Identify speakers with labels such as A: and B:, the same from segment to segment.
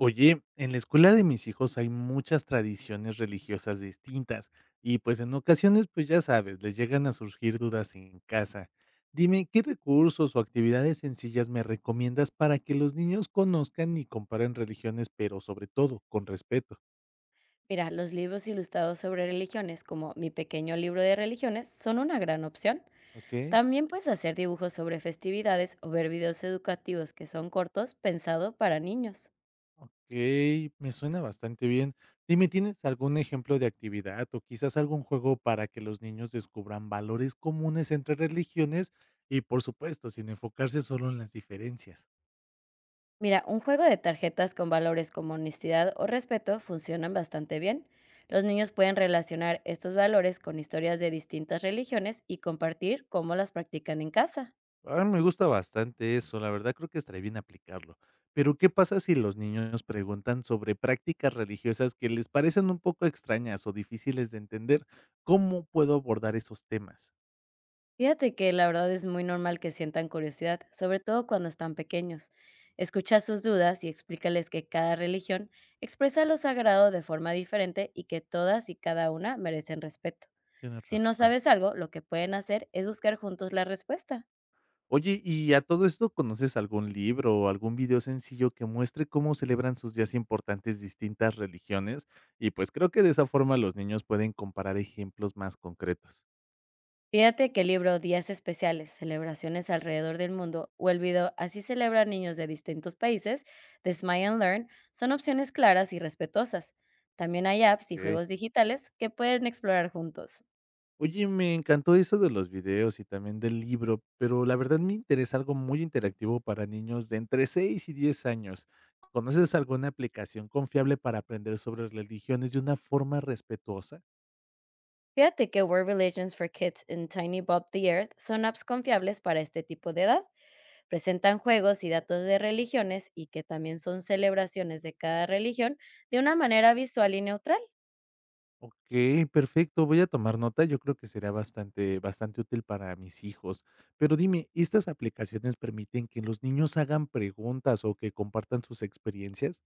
A: Oye, en la escuela de mis hijos hay muchas tradiciones religiosas distintas y pues en ocasiones, pues ya sabes, les llegan a surgir dudas en casa. Dime, ¿qué recursos o actividades sencillas me recomiendas para que los niños conozcan y comparen religiones, pero sobre todo con respeto?
B: Mira, los libros ilustrados sobre religiones, como Mi pequeño libro de religiones, son una gran opción.
A: ¿Ok?
B: También puedes hacer dibujos sobre festividades o ver videos educativos que son cortos pensado para niños.
A: Ok, me suena bastante bien. Dime, ¿tienes algún ejemplo de actividad o quizás algún juego para que los niños descubran valores comunes entre religiones y, por supuesto, sin enfocarse solo en las diferencias?
B: Mira, un juego de tarjetas con valores como honestidad o respeto funcionan bastante bien. Los niños pueden relacionar estos valores con historias de distintas religiones y compartir cómo las practican en casa.
A: Ah, me gusta bastante eso, la verdad creo que estaría bien aplicarlo. Pero, ¿qué pasa si los niños preguntan sobre prácticas religiosas que les parecen un poco extrañas o difíciles de entender? ¿Cómo puedo abordar esos temas?
B: Fíjate que la verdad es muy normal que sientan curiosidad, sobre todo cuando están pequeños. Escucha sus dudas y explícales que cada religión expresa lo sagrado de forma diferente y que todas y cada una merecen respeto.
A: Tienes
B: Si no
A: razón.
B: sabes algo, lo que pueden hacer es buscar juntos la respuesta.
A: Oye, y a todo esto, ¿conoces algún libro o algún video sencillo que muestre cómo celebran sus días importantes distintas religiones? Y pues creo que de esa forma los niños pueden comparar ejemplos más concretos.
B: Fíjate que el libro Días Especiales, Celebraciones alrededor del mundo, o el video Así celebran niños de distintos países de Smile and Learn son opciones claras y respetuosas. También hay apps y
A: Ok.
B: juegos digitales que pueden explorar juntos.
A: Oye, me encantó eso de los videos y también del libro, pero la verdad me interesa algo muy interactivo para niños de entre 6 y 10 años. ¿Conoces alguna aplicación confiable para aprender sobre religiones de una forma respetuosa?
B: Fíjate que World Religions for Kids y Tiny Bob the Earth son apps confiables para este tipo de edad. Presentan juegos y datos de religiones y que también son celebraciones de cada religión de una manera visual y neutral.
A: Okey, perfecto, voy a tomar nota, yo creo que será bastante útil para mis hijos. Pero dime, ¿estas aplicaciones permiten que los niños hagan preguntas o que compartan sus experiencias?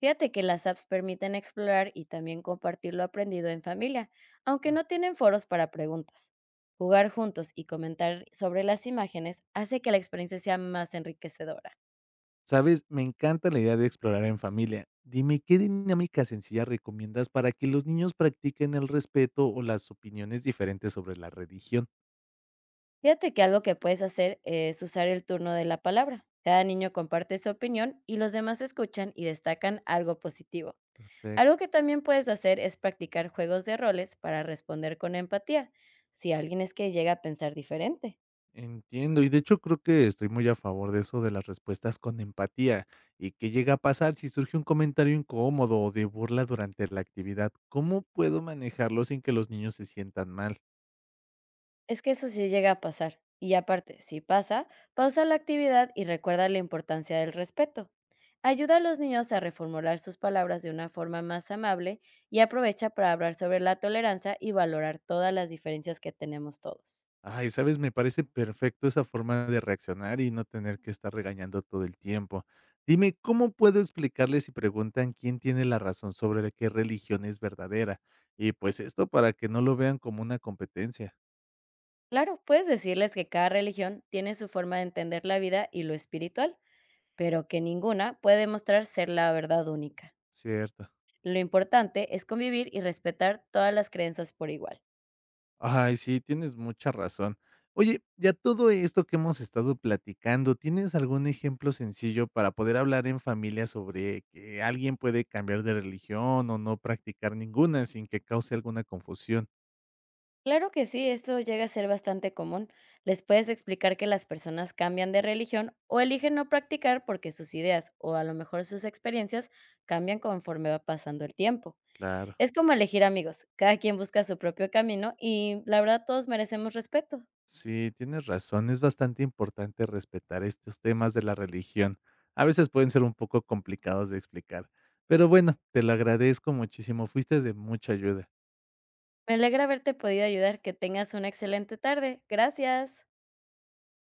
B: Fíjate que las apps permiten explorar y también compartir lo aprendido en familia, aunque no tienen foros para preguntas. Jugar juntos y comentar sobre las imágenes hace que la experiencia sea más enriquecedora.
A: ¿Sabes? Me encanta la idea de explorar en familia. Dime, ¿qué dinámica sencilla recomiendas para que los niños practiquen el respeto o las opiniones diferentes sobre la religión?
B: Fíjate que algo que puedes hacer es usar el turno de la palabra. Cada niño comparte su opinión y los demás escuchan y destacan algo positivo. Algo
A: Perfecto.
B: que también puedes hacer es practicar juegos de roles para responder con empatía, si alguien es que llega a pensar diferente.
A: Entiendo, y de hecho creo que estoy muy a favor de eso de las respuestas con empatía. ¿Y qué llega a pasar si surge un comentario incómodo o de burla durante la actividad? ¿Cómo puedo manejarlo sin que los niños se sientan mal?
B: Es que eso sí llega a pasar. Y aparte, si pasa, pausa la actividad y recuerda la importancia del respeto. Ayuda a los niños a reformular sus palabras de una forma más amable y aprovecha para hablar sobre la tolerancia y valorar todas las diferencias que tenemos todos.
A: Ay, sabes, me parece perfecto esa forma de reaccionar y no tener que estar regañando todo el tiempo. Dime, ¿cómo puedo explicarles si preguntan quién tiene la razón sobre la qué religión es verdadera? Y pues esto para que no lo vean como una competencia,
B: Claro, puedes decirles que cada religión tiene su forma de entender la vida y lo espiritual, pero que ninguna puede mostrar ser la verdad única.
A: ¿cierto?
B: Lo importante es convivir y respetar todas las creencias por igual.
A: Ay, sí, tienes mucha razón. Oye, ya todo esto que hemos estado platicando, ¿tienes algún ejemplo sencillo para poder hablar en familia sobre que alguien puede cambiar de religión o no practicar ninguna sin que cause alguna confusión?
B: Claro que sí, esto llega a ser bastante común. Les puedes explicar que las personas cambian de religión o eligen no practicar porque sus ideas o a lo mejor sus experiencias cambian conforme va pasando el tiempo.
A: Claro,
B: Es como elegir amigos, cada quien busca su propio camino y la verdad todos merecemos respeto.
A: sí, tienes razón. Es bastante importante respetar estos temas de la religión. A veces pueden ser un poco complicados de explicar. Pero bueno, te lo agradezco muchísimo. Fuiste de mucha ayuda.
B: Me alegra haberte podido ayudar, que tengas una excelente tarde. Gracias.